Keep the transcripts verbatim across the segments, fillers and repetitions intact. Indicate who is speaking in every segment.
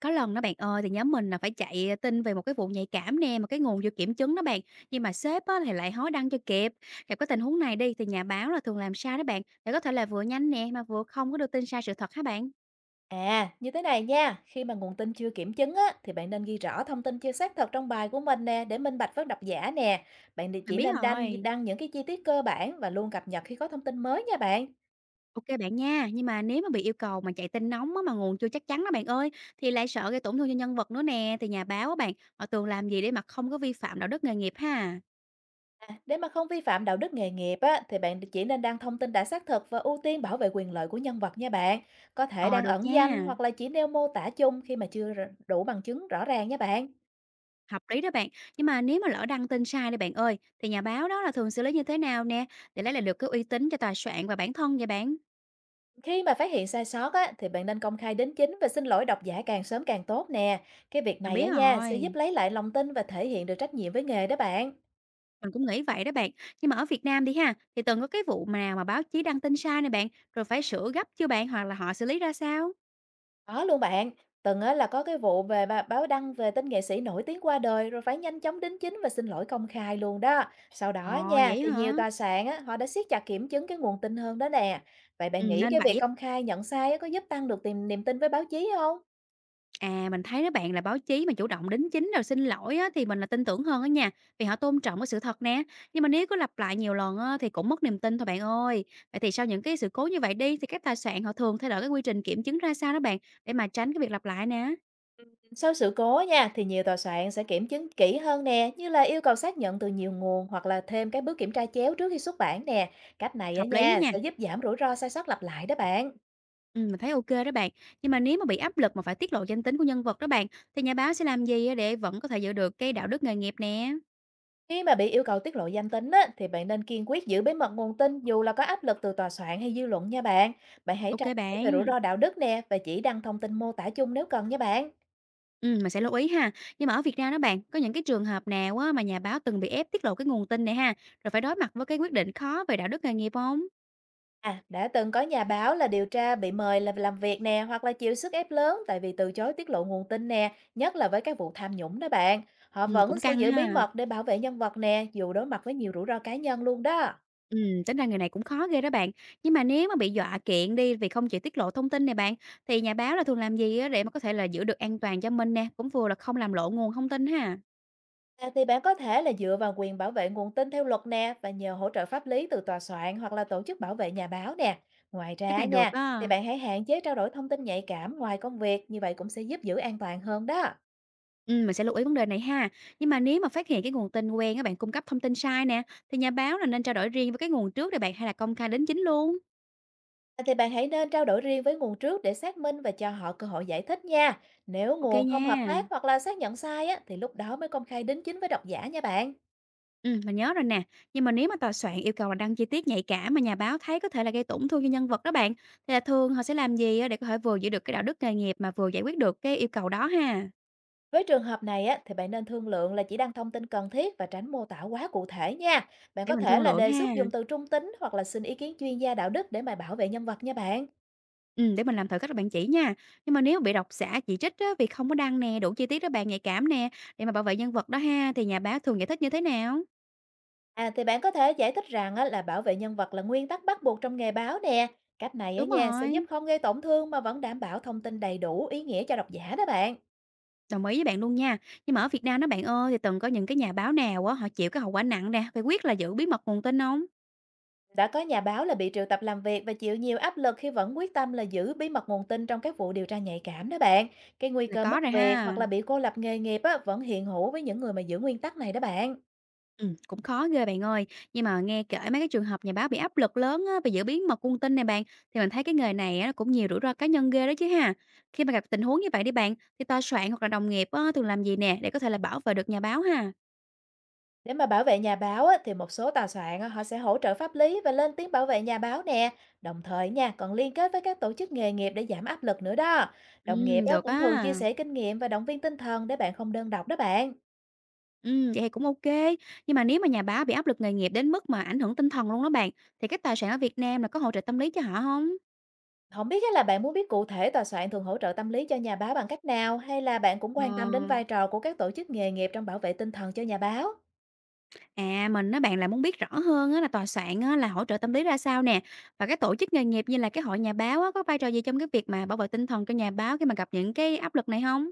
Speaker 1: Có lần đó bạn ơi, thì nhóm mình là phải chạy tin về một cái vụ nhạy cảm nè, mà cái nguồn chưa kiểm chứng đó bạn. Nhưng mà sếp á, thì lại hối đăng cho kịp. Gặp cái tình huống này đi thì nhà báo là thường làm sao đó bạn, để có thể là vừa nhanh nè mà vừa không có đưa tin sai sự thật hả bạn?
Speaker 2: À, như thế này nha, khi mà nguồn tin chưa kiểm chứng á, thì bạn nên ghi rõ thông tin chưa xác thật trong bài của mình nè, để minh bạch với độc giả nè. Bạn thì
Speaker 1: Mình
Speaker 2: chỉ
Speaker 1: biết
Speaker 2: nên đăng,
Speaker 1: rồi.
Speaker 2: đăng những cái chi tiết cơ bản và luôn cập nhật khi có thông tin mới nha bạn.
Speaker 1: Ok bạn nha, nhưng mà nếu mà bị yêu cầu mà chạy tin nóng á, mà nguồn chưa chắc chắn đó bạn ơi, thì lại sợ gây tổn thương cho nhân vật nữa nè, thì nhà báo á bạn, họ thường làm gì để mà không có vi phạm đạo đức nghề nghiệp ha?
Speaker 2: À, để mà không vi phạm đạo đức nghề nghiệp á, thì bạn chỉ nên đăng thông tin đã xác thực và ưu tiên bảo vệ quyền lợi của nhân vật nha bạn. Có thể
Speaker 1: Ờ
Speaker 2: đăng
Speaker 1: được
Speaker 2: ẩn danh
Speaker 1: nha.
Speaker 2: hoặc là chỉ nêu mô tả chung khi mà chưa r- đủ bằng chứng rõ ràng nha bạn.
Speaker 1: Hợp lý đó bạn, nhưng mà nếu mà lỡ đăng tin sai đi bạn ơi, thì nhà báo đó là thường xử lý như thế nào nè, để lấy lại được cái uy tín cho tòa soạn và bản thân vậy bạn?
Speaker 2: Khi mà phát hiện sai sót á, thì bạn nên công khai đính chính và xin lỗi độc giả càng sớm càng tốt nè. Cái việc
Speaker 1: Mình
Speaker 2: này á
Speaker 1: biết
Speaker 2: nha sẽ giúp
Speaker 1: rồi,
Speaker 2: lấy lại lòng tin và thể hiện được trách nhiệm với nghề đó bạn.
Speaker 1: mình cũng nghĩ vậy đó bạn, nhưng mà ở Việt Nam đi ha, thì từng có cái vụ mà nào mà báo chí đăng tin sai nè bạn, rồi phải sửa gấp chưa bạn, hoặc là họ xử lý ra sao?
Speaker 2: Có luôn bạn, từng á, là có cái vụ về bà- báo đăng về tên nghệ sĩ nổi tiếng qua đời, rồi phải nhanh chóng đính chính và xin lỗi công khai luôn đó. Sau đó
Speaker 1: Ồ,
Speaker 2: nha,
Speaker 1: vậy
Speaker 2: thì nhiều
Speaker 1: hả?
Speaker 2: tòa soạn á, họ đã siết chặt kiểm chứng cái nguồn tin hơn đó nè. Vậy
Speaker 1: Ừ,
Speaker 2: bạn nghĩ
Speaker 1: nên
Speaker 2: cái việc
Speaker 1: vậy.
Speaker 2: công khai nhận sai á, có giúp tăng được tìm niềm tin với báo chí không?
Speaker 1: À, mình thấy đó bạn là báo chí mà chủ động đính chính rồi xin lỗi á, thì mình là tin tưởng hơn á nha, vì họ tôn trọng cái sự thật nè. Nhưng mà nếu có lặp lại nhiều lần á, thì cũng mất niềm tin thôi bạn ơi. Vậy thì sau những cái sự cố như vậy đi thì các tài sản họ thường thay đổi cái quy trình kiểm chứng ra sao đó bạn để mà tránh cái việc lặp lại nè.
Speaker 2: Sau sự cố nha, thì nhiều tòa soạn sẽ kiểm chứng kỹ hơn nè, như là yêu cầu xác nhận từ nhiều nguồn, hoặc là thêm các bước kiểm tra chéo trước khi xuất bản nè. Cách này á
Speaker 1: Hợp lý á
Speaker 2: nha,
Speaker 1: nha.
Speaker 2: sẽ giúp giảm rủi ro sai sót lặp lại đó bạn.
Speaker 1: Ừ, mình thấy ok đó bạn. Nhưng mà nếu mà bị áp lực mà phải tiết lộ danh tính của nhân vật đó bạn thì nhà báo sẽ làm gì á để vẫn có thể giữ được cái đạo đức nghề nghiệp nè.
Speaker 2: Khi mà bị yêu cầu tiết lộ danh tính á, thì bạn nên kiên quyết giữ bí mật nguồn tin, dù là có áp lực từ tòa soạn hay dư luận nha bạn. Bạn hãy
Speaker 1: Ok
Speaker 2: trao đổi về rủi
Speaker 1: bạn.
Speaker 2: ro đạo đức nè, và chỉ đăng thông tin mô tả chung nếu cần nha bạn.
Speaker 1: Ừm, mình sẽ lưu ý ha. Nhưng mà ở Việt Nam đó bạn, có những cái trường hợp nào á mà nhà báo từng bị ép tiết lộ cái nguồn tin này ha, rồi phải đối mặt với cái quyết định khó về đạo đức nghề nghiệp không?
Speaker 2: À, đã từng có nhà báo là điều tra bị mời là làm việc nè, hoặc là chịu sức ép lớn, tại vì từ chối tiết lộ nguồn tin nè, nhất là với các vụ tham nhũng đó bạn. Họ
Speaker 1: Ừm,
Speaker 2: vẫn
Speaker 1: cũng
Speaker 2: sẽ
Speaker 1: căng
Speaker 2: giữ bí
Speaker 1: ha.
Speaker 2: mật để bảo vệ nhân vật nè, dù đối mặt với nhiều rủi ro cá nhân luôn đó.
Speaker 1: Ừm, tính ra người này cũng khó ghê đó bạn. Nhưng mà nếu mà bị dọa kiện đi vì không chịu tiết lộ thông tin này bạn, thì nhà báo là thường làm gì á để mà có thể là giữ được an toàn cho mình nè, cũng vừa là không làm lộ nguồn thông tin ha?
Speaker 2: À, thì bạn có thể là dựa vào quyền bảo vệ nguồn tin theo luật nè, và nhờ hỗ trợ pháp lý từ tòa soạn hoặc là tổ chức bảo vệ nhà báo nè. Ngoài
Speaker 1: Cái
Speaker 2: ra
Speaker 1: này được
Speaker 2: nha, thì
Speaker 1: á.
Speaker 2: bạn hãy hạn chế trao đổi thông tin nhạy cảm ngoài công việc, như vậy cũng sẽ giúp giữ an toàn hơn đó.
Speaker 1: Ừm, mình sẽ lưu ý vấn đề này ha. Nhưng mà nếu mà phát hiện cái nguồn tin quen các bạn cung cấp thông tin sai nè, thì nhà báo là nên trao đổi riêng với cái nguồn trước để bạn hay là công khai đính chính luôn?
Speaker 2: À, thì bạn hãy nên trao đổi riêng với nguồn trước để xác minh và cho họ cơ hội giải thích nha. Nếu
Speaker 1: OK
Speaker 2: nguồn không hợp tác
Speaker 1: nha.
Speaker 2: hoặc là xác nhận sai á, thì lúc đó mới công khai đính chính với độc giả nha bạn.
Speaker 1: Ừm, mình nhớ rồi nè. Nhưng mà nếu mà tòa soạn yêu cầu là đăng chi tiết nhạy cảm mà nhà báo thấy có thể là gây tổn thương cho nhân vật đó bạn, thì là thường họ sẽ làm gì á để có thể vừa giữ được cái đạo đức nghề nghiệp mà vừa giải quyết được cái yêu cầu đó ha?
Speaker 2: Với trường hợp này á, thì bạn nên thương lượng là chỉ đăng thông tin cần thiết và tránh mô tả quá cụ thể nha. Bạn
Speaker 1: Để
Speaker 2: có
Speaker 1: mình
Speaker 2: thể
Speaker 1: thương
Speaker 2: là
Speaker 1: lượng
Speaker 2: đề
Speaker 1: ha.
Speaker 2: xuất dùng từ trung tính, hoặc là xin ý kiến chuyên gia đạo đức để mà bảo vệ nhân vật nha bạn.
Speaker 1: Ừm, để mình làm thử cách bạn chỉ nha. Nhưng mà nếu bị độc giả chỉ trích á vì không có đăng nè, đủ chi tiết đó bạn, nhạy cảm nè, để mà bảo vệ nhân vật đó ha, thì nhà báo thường giải thích như thế nào?
Speaker 2: À, thì bạn có thể giải thích rằng á, là bảo vệ nhân vật là nguyên tắc bắt buộc trong nghề báo nè. Cách này á
Speaker 1: Đúng
Speaker 2: nha sẽ giúp
Speaker 1: rồi,
Speaker 2: không gây tổn thương mà vẫn đảm bảo thông tin đầy đủ ý nghĩa cho độc giả đó bạn.
Speaker 1: đồng ý với bạn luôn nha. Nhưng mà ở Việt Nam đó bạn ơi, thì từng có những cái nhà báo nào á, họ chịu cái hậu quả nặng nè, phải quyết là giữ bí mật nguồn tin không?
Speaker 2: Đã có nhà báo là bị triệu tập làm việc và chịu nhiều áp lực khi vẫn quyết tâm là giữ bí mật nguồn tin trong các vụ điều tra nhạy cảm đó bạn. Cái nguy
Speaker 1: Là
Speaker 2: cơ
Speaker 1: có
Speaker 2: mất
Speaker 1: rồi
Speaker 2: việc hoặc
Speaker 1: ha.
Speaker 2: là bị cô lập nghề nghiệp á, vẫn hiện hữu với những người mà giữ nguyên tắc này đó bạn.
Speaker 1: Ừm, cũng khó ghê bạn ơi. Nhưng mà nghe kể mấy cái trường hợp nhà báo bị áp lực lớn á, về giữ bí mật cung tin này bạn, thì mình thấy cái nghề này á, nó cũng nhiều rủi ro cá nhân ghê đó chứ ha. Khi mà gặp tình huống như vậy đi bạn, thì tòa soạn hoặc là đồng nghiệp á, thường làm gì nè để có thể là bảo vệ được nhà báo ha?
Speaker 2: Để mà bảo vệ nhà báo á, thì một số tòa soạn á, họ sẽ hỗ trợ pháp lý và lên tiếng bảo vệ nhà báo nè. Đồng thời nha, còn liên kết với các tổ chức nghề nghiệp để giảm áp lực nữa đó.
Speaker 1: Ừ,
Speaker 2: Đồng nghiệp á,
Speaker 1: được
Speaker 2: cũng thường chia
Speaker 1: á.
Speaker 2: sẻ kinh nghiệm và động viên tinh thần để bạn không đơn độc đó bạn.
Speaker 1: Ừ, vậy thì cũng OK. Nhưng mà nếu mà nhà báo bị áp lực nghề nghiệp đến mức mà ảnh hưởng tinh thần luôn đó bạn, thì các tòa soạn ở Việt Nam là có hỗ trợ tâm lý cho họ không?
Speaker 2: Không biết á là bạn muốn biết cụ thể tòa soạn thường hỗ trợ tâm lý cho nhà báo bằng cách nào, hay là bạn cũng quan
Speaker 1: Ờ.
Speaker 2: tâm đến vai trò của các tổ chức nghề nghiệp trong bảo vệ tinh thần cho nhà báo?
Speaker 1: À, mình á bạn là muốn biết rõ hơn á là tòa soạn á là hỗ trợ tâm lý ra sao nè? Và cái tổ chức nghề nghiệp như là cái hội nhà báo á, có vai trò gì trong cái việc mà bảo vệ tinh thần cho nhà báo khi mà gặp những cái áp lực này không?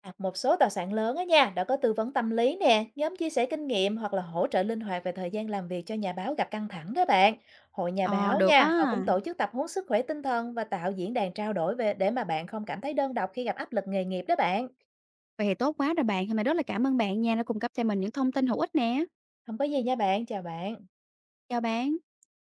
Speaker 2: À, một số tòa soạn lớn á nha, đã có tư vấn tâm lý nè, nhóm chia sẻ kinh nghiệm, hoặc là hỗ trợ linh hoạt về thời gian làm việc cho nhà báo gặp căng thẳng đó bạn. Hội nhà
Speaker 1: Ờ,
Speaker 2: báo
Speaker 1: được
Speaker 2: nha,
Speaker 1: á.
Speaker 2: họ cũng tổ chức tập huấn sức khỏe tinh thần và tạo diễn đàn trao đổi, về để mà bạn không cảm thấy đơn độc khi gặp áp lực nghề nghiệp đó bạn.
Speaker 1: Vậy thì tốt quá rồi bạn, hôm nay rất là cảm ơn bạn nha, đã cung cấp cho mình những thông tin hữu ích nè.
Speaker 2: Không có gì nha bạn, chào bạn.
Speaker 1: Chào bạn.